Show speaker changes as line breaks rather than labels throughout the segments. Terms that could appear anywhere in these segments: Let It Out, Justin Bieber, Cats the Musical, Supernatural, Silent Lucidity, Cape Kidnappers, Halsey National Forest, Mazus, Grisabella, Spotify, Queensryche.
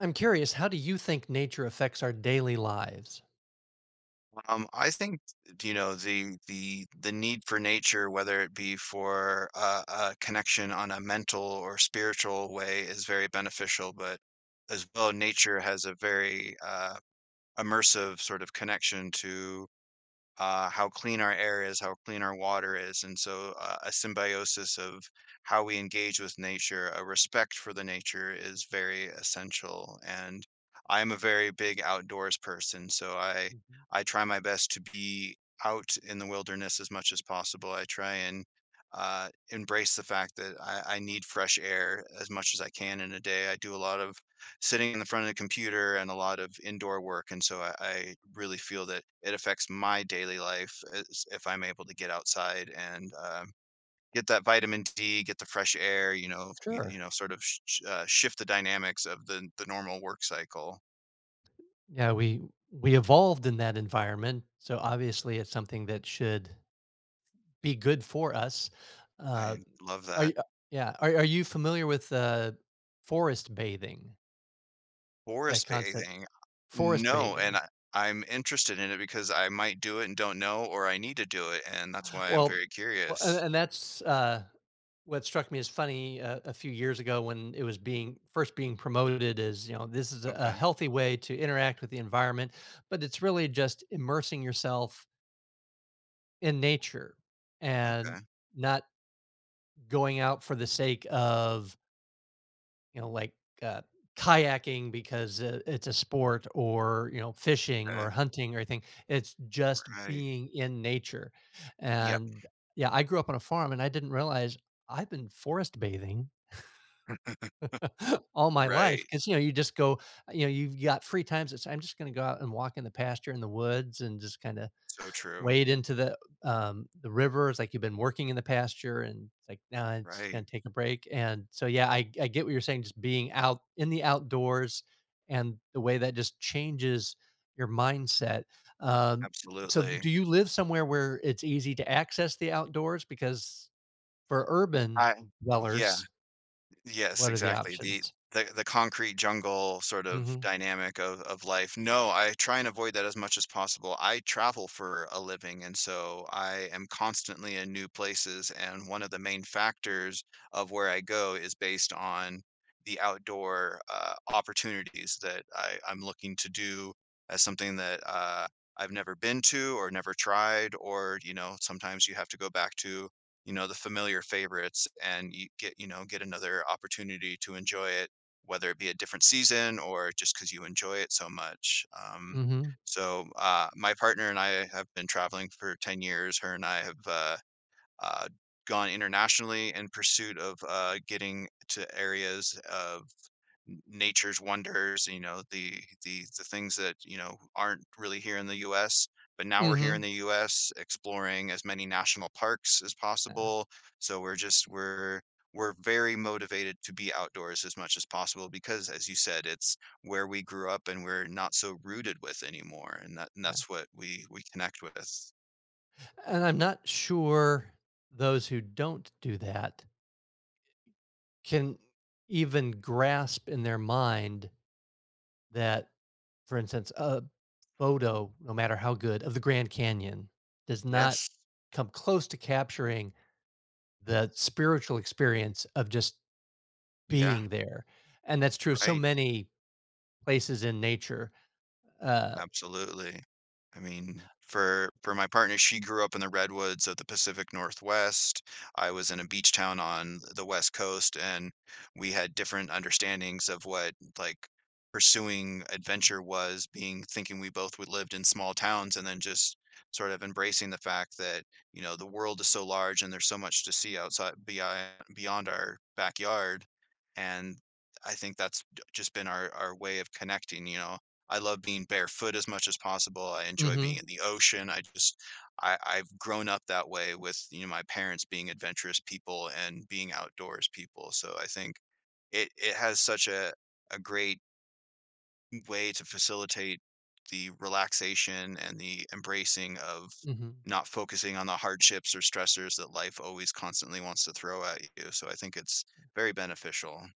I'm curious, how do you think nature affects our daily lives?
I think, the the need for nature, whether it be for a connection on a mental or spiritual way is very beneficial, but as well, nature has a very, immersive sort of connection to how clean our air is, how clean our water is. And so a symbiosis of how we engage with nature, a respect for the nature is very essential. And I'm a very big outdoors person, so I
Mhm.
I try my best to be out in the wilderness as much as possible. I try and embrace the fact that I need fresh air as much as I can in a day. I do a lot of sitting in the front of the computer and a lot of indoor work. And so I really feel that it affects my daily life as, if I'm able to get outside and get that vitamin D, get the fresh air, you know, y- you
Sure.
know, sort of sh- sh- shift the dynamics of the normal work cycle.
Yeah, we evolved in that environment, so obviously it's something that should be good for us. Uh,
I love
are you,
that.
are you familiar with forest bathing? That
Forest
concept,
bathing.
forest
No.
bathing.
I'm interested in it because I might do it and don't know, or I need to do it. And that's why I'm
Well,
very
well, and
curious.
and that's, what struck me as funny, a few years ago when it was being first being promoted as, you know, this is a
Okay.
healthy way to interact with the environment, but it's really just immersing yourself in nature and
Okay.
not going out for the sake of you know, like, uh, kayaking because, it's a sport or, you know, fishing
Okay.
or hunting or anything. It's just
Right.
being in nature,
Yep.
and yeah, I grew up on a farm, and I didn't realize I've been forest bathing all my life
Right.
because you know, you just go you know, you've got free times, it's, "I'm just gonna go out and walk in the pasture in the woods and just kinda
So true.
wade into the river." It's like you've been working in the pasture and it's like, now "Nah, it's
Right.
gonna take a break." And so, yeah, I get what you're saying, just being out in the outdoors and the way that just changes your mindset. Um, so
Absolutely.
do you live somewhere where it's easy to access the outdoors? Because for urban
I yeah.
dwellers,
Yes,
what are the
exactly. The
options?
the concrete jungle sort of
Mhm,
dynamic of life. No, I try and avoid that as much as possible. I travel for a living, and so I am constantly in new places, and one of the main factors of where I go is based on the outdoor opportunities that I'm looking to do as something that I've never been to or never tried, or you know, sometimes you have to go back to you know, the familiar favorites and you get, you know, get another opportunity to enjoy it, whether it be a different season or just because you enjoy it so much.
mhm,
My partner and I have been traveling for 10 years. Her and I have, uh, gone internationally in pursuit of, getting to areas of nature's wonders, you know, the the things that, you know, aren't really here in the US, but now we're here in
mhm.
the US exploring as many national parks as
Yeah,
possible. So we're just we're very motivated to be outdoors as much as possible because as you said, it's where we grew up and we're not so rooted with anymore. And
yeah.
that's what we connect with.
And I'm not sure those who don't do that can even grasp in their mind that, for instance, a photo, no matter how good, of the Grand Canyon does not
Yes.
come close to capturing the spiritual experience of just
Yeah,
being there. And that's true of so
right.
many places in nature. Uh,
Absolutely. I mean, for my partner, she grew up in the redwoods of the Pacific Northwest. I was in a beach town on the West Coast, and we had different understandings of what like pursuing adventure was, being thinking we both would lived in small towns and then just sort of embracing the fact that, you know, the world is so large and there's so much to see outside beyond our backyard. And I think that's just been our way of connecting, you know I love being barefoot as much as possible. I enjoy being
mhm,
in the ocean. I just I've grown up that way with, you know, my parents being adventurous people and being outdoors people. So I think it has such a great way to facilitate the relaxation and the embracing of
mhm.
not focusing on the hardships or stressors that life always constantly wants to throw at you. So I think it's very beneficial.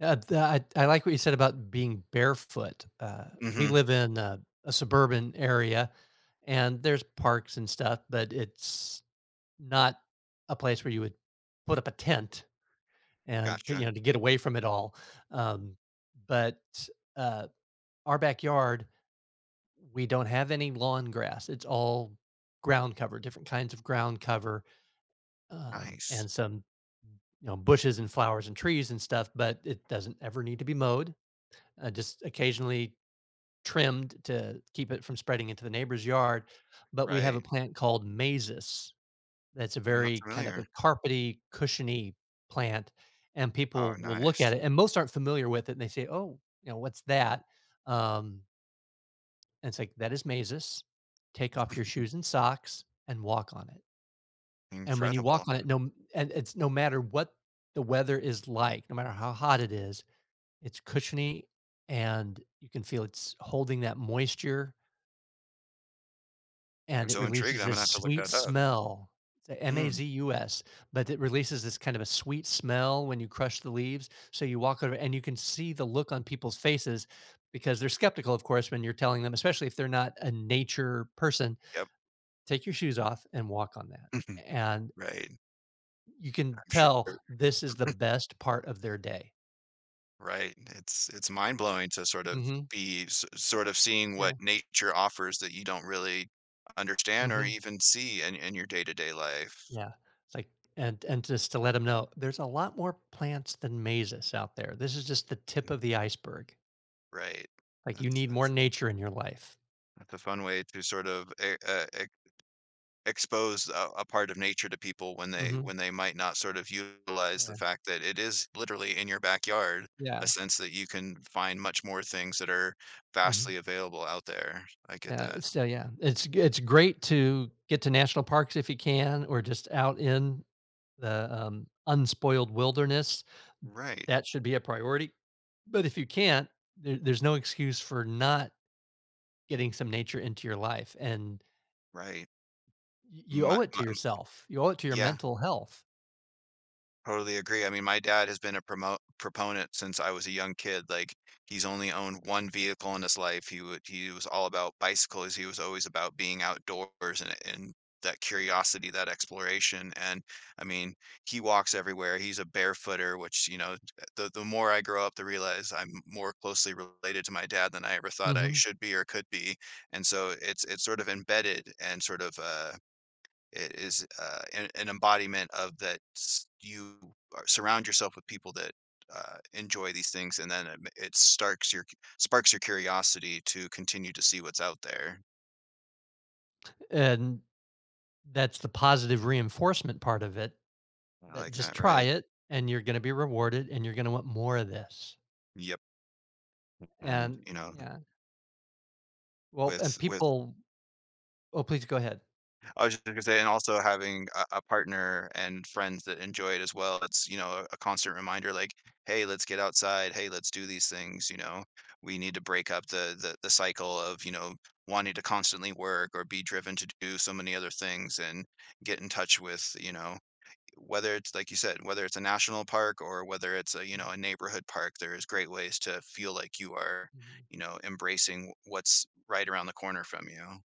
I like what you said about being barefoot. We
Mhm.
live in a suburban area and there's parks and stuff, but it's not a place where you would put up a tent and to, you
Gotcha.
know, to get away from it all. Um, but, uh, our backyard, we don't have any lawn grass. It's all ground cover, different kinds of ground cover,
Nice.
and some, you know, bushes and flowers and trees and stuff, but it doesn't ever need to be mowed. Just occasionally trimmed to keep it from spreading into the neighbor's yard. But we have a
Right.
plant called mazes. That's a
I'm not
very kind of
familiar.
a carpety, cushiony plant, and
Oh,
people will look at
nice.
it, and most aren't familiar with it, and they say, "Oh, you know, what's that?" Um, and it's like, "That is Mazus. Take off your shoes and socks and walk on it." And when you
Incredible.
walk on it, and it's no matter what the weather is like, no matter how hot it is, it's cushiony, and you can feel it's holding that moisture
I'm
and it
so intrigued,
releases
I'm gonna
this
have to look
sweet
that up.
smell. It's a
Hmm,
Mazus, but it releases this kind of a sweet smell when you crush the leaves. So you walk over and you can see the look on people's faces because they're skeptical, of course, when you're telling them, especially if they're not a nature person,
yep.
take your shoes off and walk on that. And
Right,
you can
I'm sure.
tell this is the best part of their day.
Right, it's mind-blowing to sort of
Hmm.
be s sort of seeing what
Yeah.
nature offers that you don't really understand or
Hmm.
even see in your day-to-day life.
Yeah. It's like and just to let them know there's a lot more plants than mazes out there. This is just the tip of the iceberg.
Right.
Like, you
That's
need more
that's
nature in your life.
that's a fun way to sort of e e expose a part of nature to people
Mhm.
when they might not sort of utilize the
Yeah,
fact that it is literally in your backyard, a
yeah,
sense that you can find much more things that are
mhm.
vastly available out there. I get
Yeah,
that.
it's still yeah, it's g it's great to get to national parks if you can or just out in the, unspoiled wilderness.
Right,
That should be a priority, but if you can't, there's no excuse for not getting some nature into your life, and
right.
y you
My
owe it to
my
yourself. You owe it to your
yeah.
mental health.
Totally agree. I mean, my dad has been a promo proponent since I was a young kid. Like, he's only owned one vehicle in his life. He was all about bicycles. He was always about being outdoors and that curiosity, that exploration. And I mean, he walks everywhere. He's a barefooter, which, you know, the more I grow up to realize I'm more closely related to my dad than I ever thought I
Mhm,
should be or could be. And so it's sort of embedded and sort of it is, an embodiment of that s you are surround yourself with people that, enjoy these things, and then it ma it starks your cu- sparks your curiosity to continue to see what's out there.
and that's the positive reinforcement part of it.
I
That
like
just
that,
try
right?
it and you're gonna be rewarded and you're gonna want more of this.
Yep, and,
And
you know,
yeah, well, and
with
people oh, please go ahead.
I was just gonna say, and also having a partner and friends that enjoy it as well. It's, you know, a constant reminder like, hey, let's get outside. Hey, let's do these things. You know, we need to break up the cycle of, you know, wanting to constantly work or be driven to do so many other things and get in touch with, you know, whether it's like you said, whether it's a national park or whether it's a, you know, a neighborhood park, there's great ways to feel like you are,
Mhm.
you know, embracing what's right around the corner from you.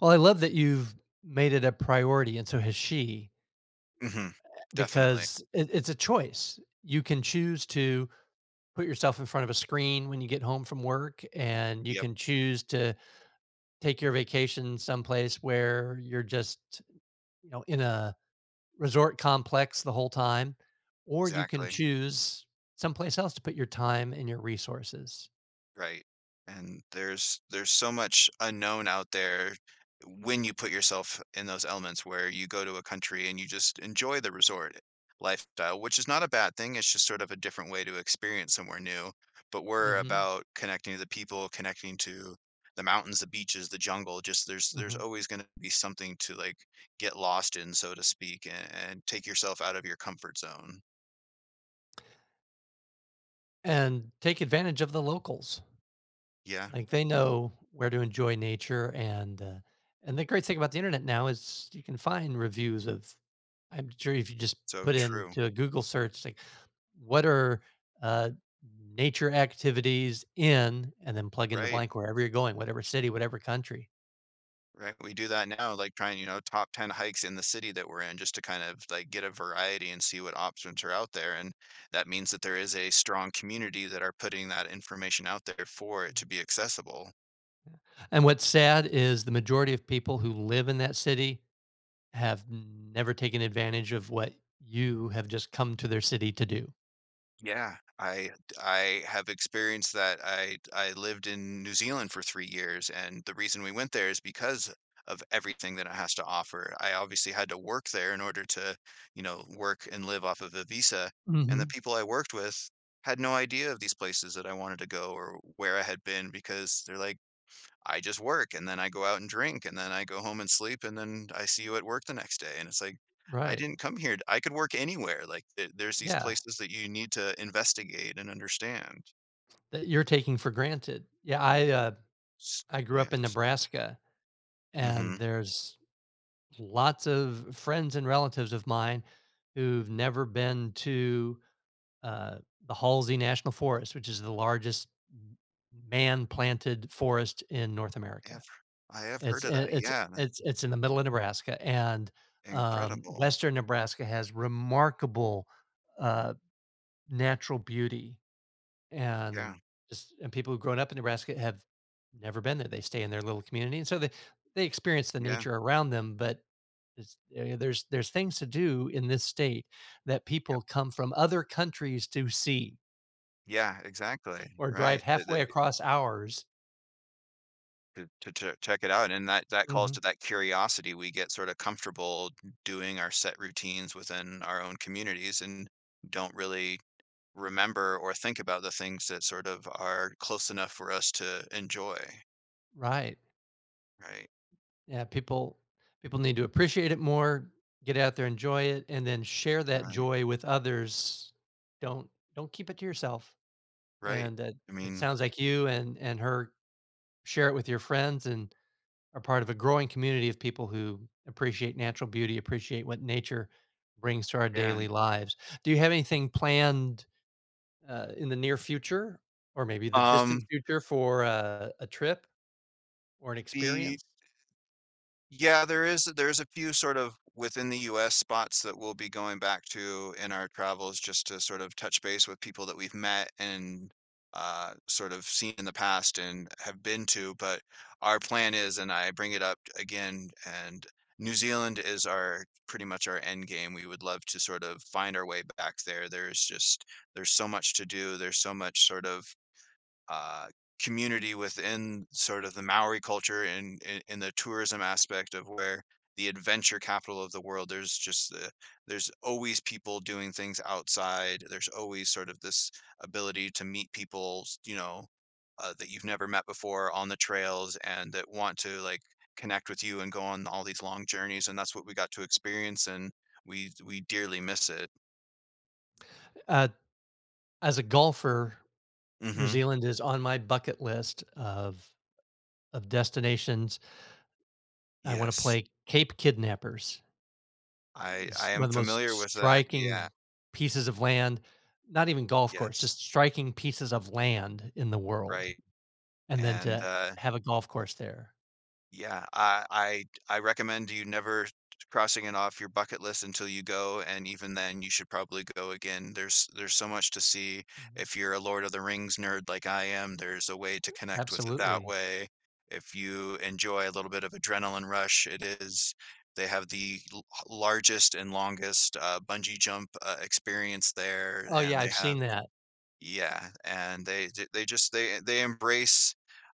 Well, I love that you've made it a priority and so has she
Hmm. Definitely.
because it's a choice. You can choose to put yourself in front of a screen when you get home from work and you
Yep.
can choose to take your vacation someplace where you're just, you know, in a resort complex the whole time, or you can
Exactly,
choose someplace else to put your time and your resources.
right, and there's so much unknown out there when you put yourself in those elements where you go to a country and you just enjoy the resort lifestyle, which is not a bad thing, it's just sort of a different way to experience somewhere new, but we're
Mhm,
about connecting to the people, connecting to the mountains, the beaches, the jungle, just there's
mhm,
always gonna be something to, like, get lost in, so to speak, and take yourself out of your comfort zone.
and take advantage of the locals.
Yeah,
Like, they know where to enjoy nature, and the great thing about the internet now is you can find reviews of I'm sure if you just
so
put
true,
into a Google search, like, "What are, uh, nature activities in" and then plug in the
right.
blank wherever you're going, whatever city, whatever country.
Right, we do that now, like, trying, you know, top 10 hikes in the city that we're in just to kind of, like, get a variety and see what options are out there, and that means that there is a strong community that are putting that information out there for it to be accessible.
And what's sad is the majority of people who live in that city have never taken advantage of what you have just come to their city to do.
Yeah, I have experienced that. I lived in New Zealand for 3 years, and the reason we went there is because of everything that it has to offer. I obviously had to work there in order to, you know, work and live off of a visa, and the
Mhm.
people I worked with had no idea of these places that I wanted to go or where I had been because they're like I just work and then I go out and drink and then I go home and sleep and then I see you at work the next day. And it's like, I
Right.
didn't come here. I could work anywhere. Like there's these
Yeah,
places that you need to investigate and understand.
that you're taking for granted.
S-
I grew up
Yeah.
in Nebraska, and
Mm-hmm.
there's lots of friends and relatives of mine who've never been to, uh, the Halsey National Forest, which is the largest man-planted forest in North
I have,
America.
I have heard
It's
of that.
it's
Yeah. That's
it's it's in the middle of Nebraska, and,
incredible.
western Nebraska has remarkable, uh, natural beauty, and
Yeah.
just and people who've grown up in Nebraska have never been there. They stay in their little community, and so they experience the
Yeah.
nature around them, but it's eh, there's things to do in this state that people
Yep.
come from other countries to see
Yeah, exactly.
or
Right.
drive halfway across ours.
To, to check it out. And that, that calls
Mhm.
to that curiosity. We get sort of comfortable doing our set routines within our own communities and don't really remember or think about the things that sort of are close enough for us to enjoy.
Right.
Right.
Yeah, people need to appreciate it more, get out there, enjoy it, and then share that
Right.
joy with others. Don't don't keep it to yourself.
Right.
And
I
it
mean,
sounds like you and her share it with your friends and are part of a growing community of people who appreciate natural beauty, appreciate what nature brings to our
yeah.
daily lives. Do you have anything planned in the near future, or maybe the distant
Um,
future, for a trip or an
the
experience?
Yeah, there's a few sort of within the US spots that we'll be going back to in our travels just to sort of touch base with people that we've met and sort of seen in the past and have been to. But our plan is, and I bring it up again, and New Zealand is our pretty much our end game. We would love to sort of find our way back there. There's just there's so much to do. There's so much sort of uh, community within sort of the Maori culture and in the tourism aspect of where the adventure capital of the world. There's just there's always people doing things outside. There's always sort of this ability to meet people, you know, that you've never met before on the trails and that want to like connect with you and go on all these long journeys. And that's what we got to experience, and we dearly miss it.
Uh, as a golfer, New
Hmm.
Zealand is on my bucket list of destinations. I wanna
Yes,
play Cape Kidnappers.
I
It's
I am
one of the most
familiar with that. Yeah.
striking pieces of land, not even golf course,
Yes.
just striking pieces of land in the world,
Right.
and then
And,
to have a golf course there.
yeah, I recommend you never crossing it off your bucket list until you go, and even then, you should probably go again. There's so much to see.
Mhm.
If you're a Lord of the Rings nerd like I am, there's a way to connect with it that
Absolutely.
way. If you enjoy a little bit of adrenaline rush, it is they have the l largest and longest, bungee jump, experience there,
Oh,
and
yeah,
they
I've
have
seen that.
yeah, and they just they embrace,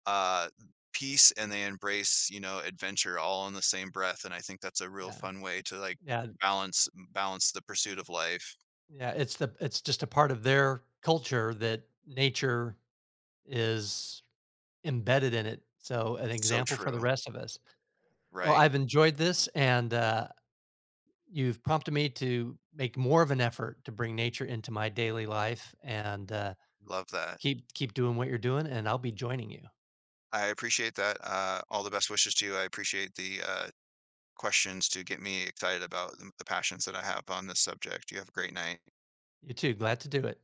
uh, peace and they embrace, you know, adventure all in the same breath, and I think that's a real
Yeah,
fun way to, like,
yeah,
balance the pursuit of life.
yeah, it's the it's just a part of their culture that nature is embedded in it, so an
So
example for the
true.
rest of us. Well,
Right.
I've enjoyed this, and you've prompted me to make more of an effort to bring nature into my daily life and
Love that.
keep doing what you're doing. And I'll be joining you.
I appreciate that, all the best wishes to you. I appreciate the, questions to get me excited about the passions that I have on this subject. You have a great night.
You too. Glad to do it.